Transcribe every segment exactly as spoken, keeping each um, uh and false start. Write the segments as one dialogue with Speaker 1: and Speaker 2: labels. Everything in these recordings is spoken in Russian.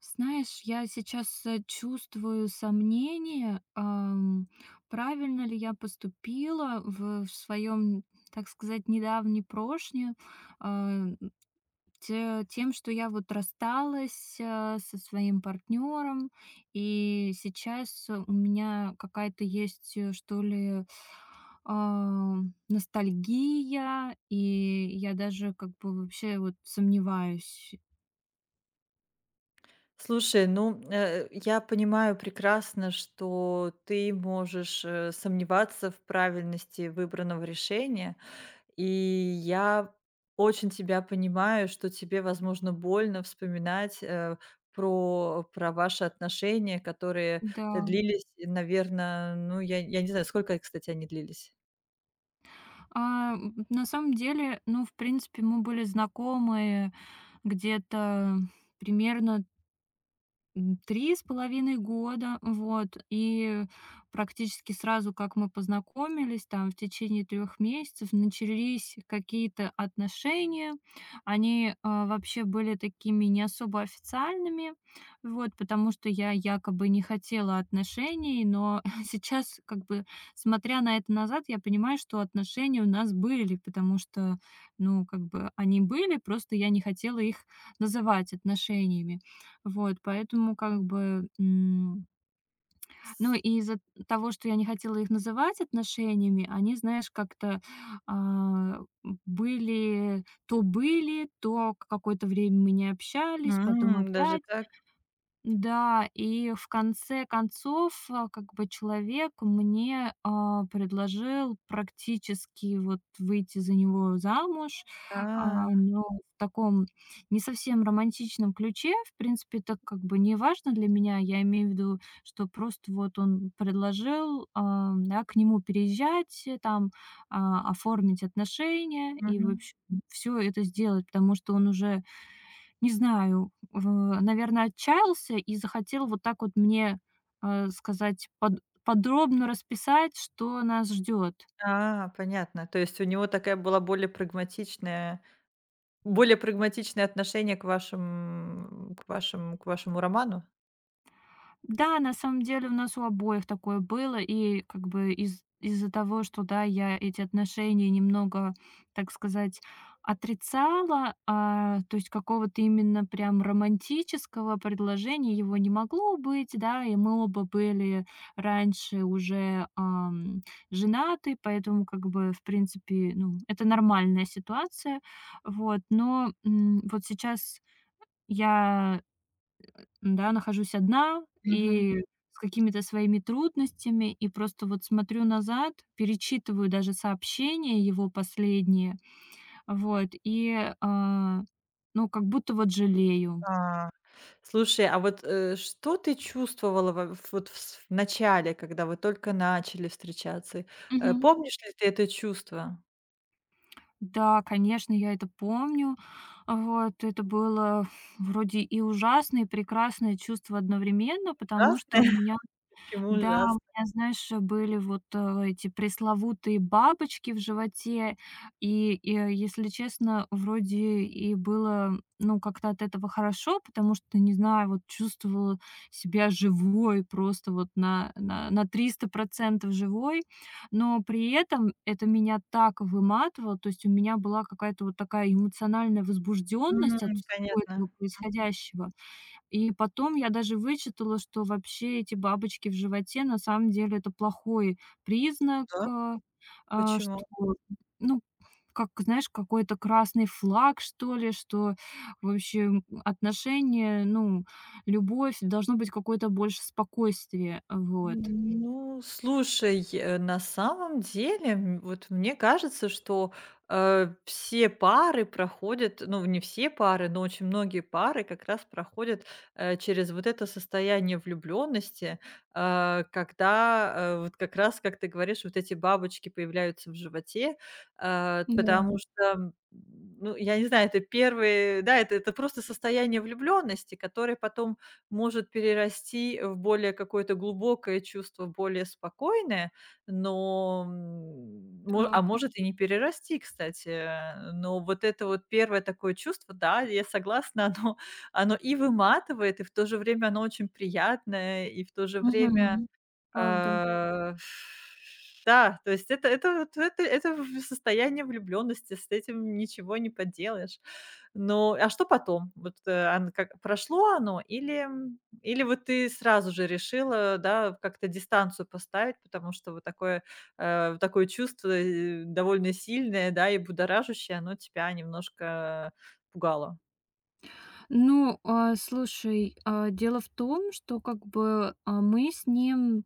Speaker 1: Знаешь, я сейчас э, чувствую сомнение, ам, правильно ли я поступила в, своем, так сказать, недавней прошне, а, те- тем, что я вот рассталась э, со своим партнером, и сейчас э, у меня какая-то есть, э, что ли, а, ностальгия, и я даже как бы вообще вот сомневаюсь.
Speaker 2: Слушай, ну, э, я понимаю прекрасно, что ты можешь э, сомневаться в правильности выбранного решения, и я очень тебя понимаю, что тебе, возможно, больно вспоминать э, про, про ваши отношения, которые
Speaker 1: Да.
Speaker 2: длились, наверное, ну, я, я не знаю, сколько, кстати, они длились.
Speaker 1: А, м, на самом деле, ну, в принципе, мы были знакомы где-то примерно М, три с половиной года, вот. И практически сразу, как мы познакомились, там в течение трех месяцев начались какие-то отношения. Они, а, вообще были такими не особо официальными, вот, потому что я якобы не хотела отношений, но сейчас, как бы, смотря на это назад, я понимаю, что отношения у нас были, потому что, ну, как бы они были, просто я не хотела их называть отношениями. Вот, поэтому как бы, м, ну, и из-за того, что я не хотела их называть отношениями, они, знаешь, как-то, а, были то были, то какое-то время мы не общались, потом
Speaker 2: М, даже
Speaker 1: опять.
Speaker 2: так?
Speaker 1: Да, и в конце концов, а, как бы человек мне, а, предложил практически вот выйти за него замуж, а,
Speaker 2: А,
Speaker 1: но в таком не совсем романтичном ключе. В принципе, это как бы не важно для меня. Я имею в виду, что просто вот он предложил, а, да, к нему переезжать, э, там, а, оформить отношения и
Speaker 2: мгм.
Speaker 1: вообще все это сделать, потому что он уже не знаю, э, наверное, отчаялся и захотел вот так вот мне, э, сказать, под подробно расписать, что нас ждет.
Speaker 2: А, понятно. То есть у него такая была более прагматичная более прагматичное отношение к вашим к вашим к вашему роману?
Speaker 1: Да, на самом деле у нас у обоих такое было, и как бы из из-за того, что, да, я эти отношения немного, так сказать, отрицала, а, то есть какого-то именно прям романтического предложения его не могло быть, да, и мы оба были раньше уже ам, женаты, поэтому как бы, в принципе, ну, это нормальная ситуация, вот, но м, вот сейчас я да нахожусь одна
Speaker 2: Мгм.
Speaker 1: и с какими-то своими трудностями, и просто вот смотрю назад, перечитываю даже сообщения его последние, вот, и, а, ну, как будто вот жалею.
Speaker 2: А, слушай, а вот, э, что ты чувствовала во в вот в с в начале, когда вы только начали встречаться? Э,
Speaker 1: Мгм.
Speaker 2: помнишь ли ты это чувство?
Speaker 1: Да, конечно, я это помню. Вот, это было вроде и ужасное, и прекрасное чувство одновременно, потому что у
Speaker 2: Ужасное?
Speaker 1: меня.
Speaker 2: Почему
Speaker 1: Да, у
Speaker 2: ужасно?
Speaker 1: меня, знаешь, были вот, э, эти пресловутые бабочки в животе. И, и, э, если честно, вроде и было, ну, как-то от этого хорошо, потому что, не знаю, вот чувствовала себя живой, просто вот на, на, на триста процентов живой. Но при этом это меня так выматывало, то есть у меня была какая-то вот такая эмоциональная возбужденность от
Speaker 2: М,
Speaker 1: всего
Speaker 2: понятно.
Speaker 1: этого
Speaker 2: Мгм.
Speaker 1: происходящего. И потом я даже вычитала, что вообще эти бабочки в животе на самом деле это плохой признак,
Speaker 2: Да?
Speaker 1: а, а,
Speaker 2: Почему?
Speaker 1: что, ну, как, знаешь, какой-то красный флаг, что ли, что вообще отношения, ну, любовь, должно быть какое-то больше спокойствие, вот.
Speaker 2: Ну, слушай, э, на самом деле, м, вот мне кажется, что э, все пары проходят, ну, не все пары, но очень многие пары как раз проходят, э, через вот это состояние влюблённости, э, когда, э, вот как раз, как ты говоришь, вот эти бабочки появляются в животе, э, потому
Speaker 1: Да,
Speaker 2: что, м, ну, я не знаю, это первые, да, это это просто состояние влюблённости, которое потом может перерасти в более какое-то глубокое чувство, более спокойное, но, м, мо
Speaker 1: так.
Speaker 2: а может и не перерасти, кстати. Э, но вот это вот первое такое чувство, да, я согласна, оно оно и выматывает, и в то же время оно очень приятное, и в то же время.
Speaker 1: Мгм. Правда.
Speaker 2: Э, да, то есть это это вот это это в состояние влюблённости, с этим ничего не поделаешь. Ну, а что потом? Вот, э, ан как прошло оно, или, м, или вот ты сразу же решила, да, как-то дистанцию поставить, потому что вот такое, э, такое чувство, э, довольно сильное, да, и будоражащее, оно тебя немножко пугало?
Speaker 1: Ну, а, слушай, а, дело в том, что как бы а, мы с ним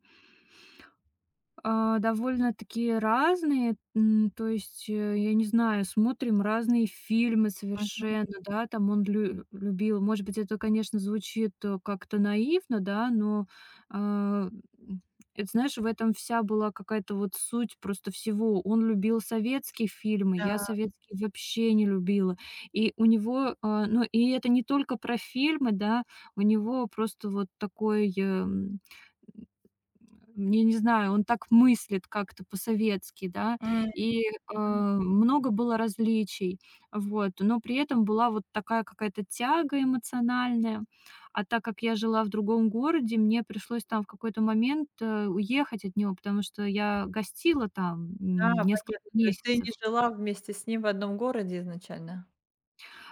Speaker 1: А, довольно-таки разные. М, то есть, э, я не знаю, смотрим разные фильмы
Speaker 2: Мгм.
Speaker 1: совершенно, да. Там он лю любил может быть, это, конечно, звучит, э, как-то наивно, да, но, а, м, это, знаешь, в этом вся была какая-то вот суть просто всего. Он любил советские фильмы, я
Speaker 2: Да.
Speaker 1: советские вообще не любила. И у него, а, ну, и это не только про фильмы, да, у него просто вот такой, эм я не знаю, он так мыслит как-то по-советски, да,
Speaker 2: М,
Speaker 1: и,
Speaker 2: мгм.
Speaker 1: а, много было различий, вот. Но при этом была вот такая какая-то тяга эмоциональная. А так как я жила в другом городе, мне пришлось там в какой-то момент, э, уехать от него, потому что я гостила там,
Speaker 2: Да,
Speaker 1: м, несколько
Speaker 2: понятно. То есть ты
Speaker 1: месяцев.
Speaker 2: не жила вместе с ним в одном городе изначально?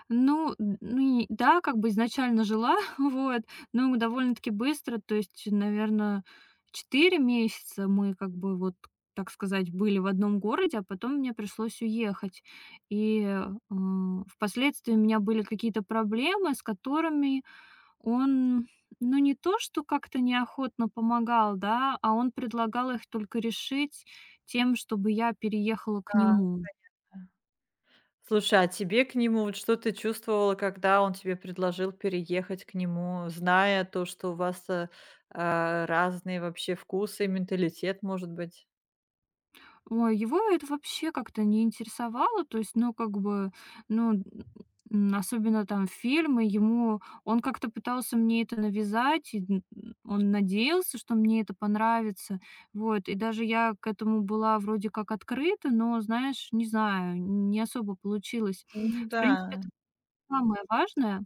Speaker 1: Ну, н ну и да, как бы изначально жила, вот, но мы довольно-таки быстро, то есть, наверное, четыре месяца мы как бы вот, так сказать, были в одном городе, а потом мне пришлось уехать. И, э, впоследствии у меня были какие-то проблемы, с которыми он, ну, не то что как-то неохотно помогал, да, а он предлагал их только решить тем, чтобы я переехала к
Speaker 2: Да,
Speaker 1: нему.
Speaker 2: да. Слушай, а тебе к нему, вот что ты чувствовала, когда он тебе предложил переехать к нему, зная то, что у вас, э, а, разные вообще вкусы и менталитет, может быть?
Speaker 1: Ой, его это вообще как-то не интересовало. То есть, ну, как бы, ну, м, особенно там фильмы, ему он как-то пытался мне это навязать, и н- он надеялся, что мне это понравится. Вот, и даже я к этому была вроде как открыта, но, знаешь, не знаю, не особо получилось.
Speaker 2: Ну
Speaker 1: В
Speaker 2: да.
Speaker 1: принципе, самое важное.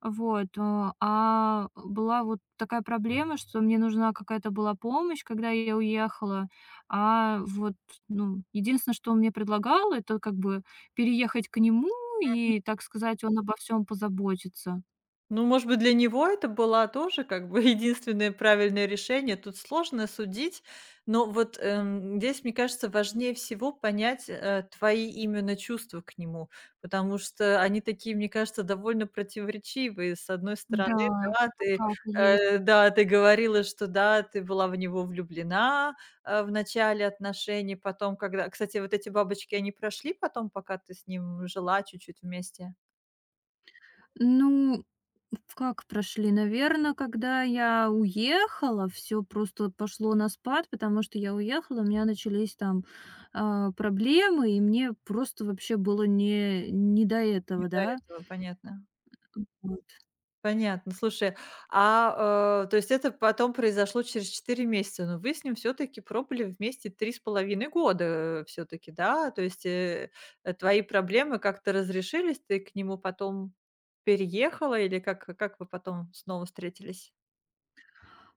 Speaker 1: Вот, э, а была вот такая проблема, что мне нужна какая-то была помощь, когда я уехала. А вот, ну, единственное, что он мне предлагал, это как бы переехать к нему и, так сказать, он обо всем позаботится.
Speaker 2: Ну, может быть, для него это была тоже как бы единственное правильное решение. Тут сложно судить, но вот, эм, здесь, мне кажется, важнее всего понять, э, твои именно чувства к нему, потому что они такие, мне кажется, довольно противоречивые. С одной стороны,
Speaker 1: Да,
Speaker 2: да,
Speaker 1: это
Speaker 2: ты,
Speaker 1: так и есть.
Speaker 2: э, да, ты говорила, что да, ты была в него влюблена, э, в начале отношений, потом, когда кстати, вот эти бабочки, они прошли потом, пока ты с ним жила чуть-чуть вместе?
Speaker 1: Ну, как прошли? Наверное, когда я уехала, все просто пошло на спад, потому что я уехала, у меня начались там, а, проблемы, и мне просто вообще было не не до
Speaker 2: Не
Speaker 1: этого,
Speaker 2: до
Speaker 1: да.
Speaker 2: этого, понятно. Понятно. Слушай, а, э, то есть это потом произошло через четыре месяца, но вы с ним все таки пробыли вместе три с половиной года, все таки да? То есть, э, э, твои проблемы как-то разрешились, ты к нему потом переехала, или как как вы потом снова встретились?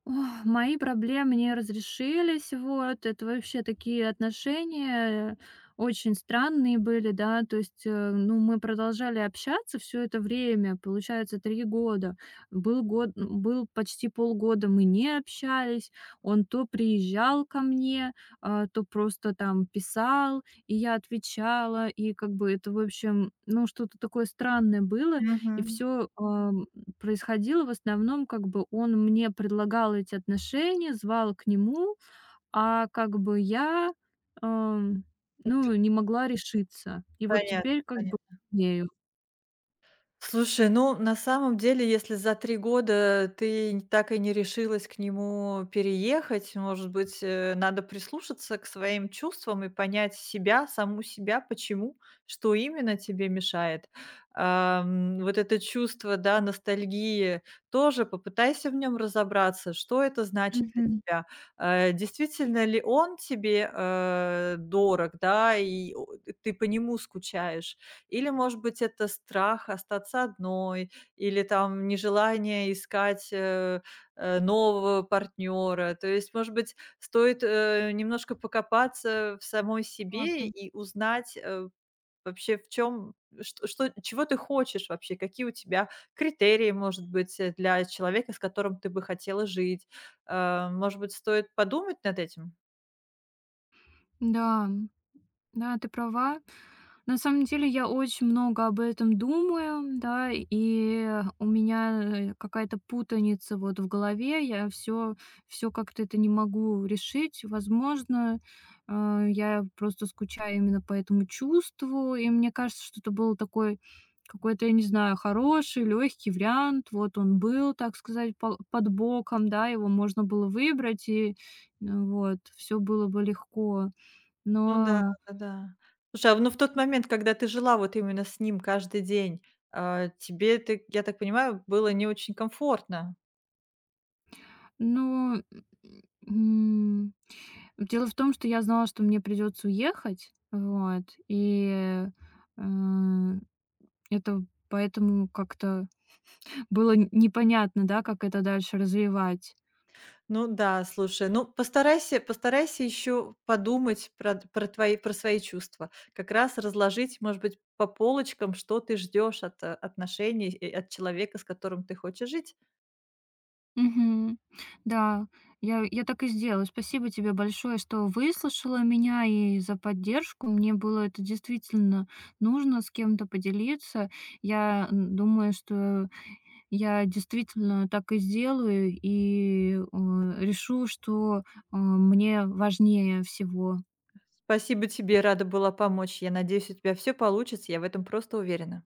Speaker 1: Ох, мои проблемы не разрешились, вот. Это вообще такие отношения очень странные были, да. То есть, э, ну, мы продолжали общаться все это время, получается, три года. Был год Был почти полгода мы не общались. Он то приезжал ко мне, а, то просто там писал, и я отвечала. И как бы это, в общем, ну, что-то такое странное было. И
Speaker 2: Мгм.
Speaker 1: все происходило в основном, как бы он мне предлагал эти отношения, звал к нему, а как бы я, эм, ну, не могла решиться. И вот теперь как бы
Speaker 2: Понятно.
Speaker 1: ею.
Speaker 2: Слушай, ну, на самом деле, если за три года ты н так и не решилась к нему переехать, может быть, э, надо прислушаться к своим чувствам и понять себя, саму себя, почему, что именно тебе мешает. Ам, вот это чувство, да, ностальгии, тоже попытайся в нем разобраться, что это значит для
Speaker 1: Мгм.
Speaker 2: тебя. Э, действительно ли он тебе, э, дорог, да, и о ты по нему скучаешь? Или, может быть, это страх остаться одной, или там нежелание искать, э, э, нового партнера. То есть, может быть, стоит, э, немножко покопаться в самой себе
Speaker 1: Правда.
Speaker 2: и узнать, э, вообще, в чем, что что чего ты хочешь вообще, какие у тебя критерии, может быть, э, для человека, с которым ты бы хотела жить. Э, может быть, стоит подумать над этим?
Speaker 1: Да, да, ты права. На самом деле я очень много об этом думаю, да, и у меня э, какая-то путаница вот в голове, я все, все как-то это не могу решить. Возможно, э, я просто скучаю именно по этому чувству, и мне кажется, что это был такой какой-то, я не знаю, хороший, легкий вариант, вот он был, так сказать, пол- под боком, да, его можно было выбрать, и э, вот, все было бы легко.
Speaker 2: Ну да,
Speaker 1: Но
Speaker 2: да-да. Слушай, а в ну в тот момент, когда ты жила вот именно с ним каждый день, а, тебе, ты, я так понимаю, было не очень комфортно.
Speaker 1: Ну, м, дело в том, что я знала, что мне придется уехать, вот, и, э, это поэтому как-то было н непонятно, да, как это дальше развивать.
Speaker 2: Ну да, слушай, ну постарайся постарайся еще подумать про про твои про свои чувства. Как раз разложить, может быть, по полочкам, что ты ждешь от, э, отношений и от человека, с которым ты хочешь жить.
Speaker 1: Мгм. Да, я я так и сделаю. Спасибо тебе большое, что выслушала меня и за поддержку. Мне было это действительно нужно с кем-то поделиться. Я, м, думаю, что я действительно так и сделаю и, э, решу, что, э, мне важнее всего.
Speaker 2: Спасибо тебе, рада была помочь. Я надеюсь, у тебя все получится, я в этом просто уверена.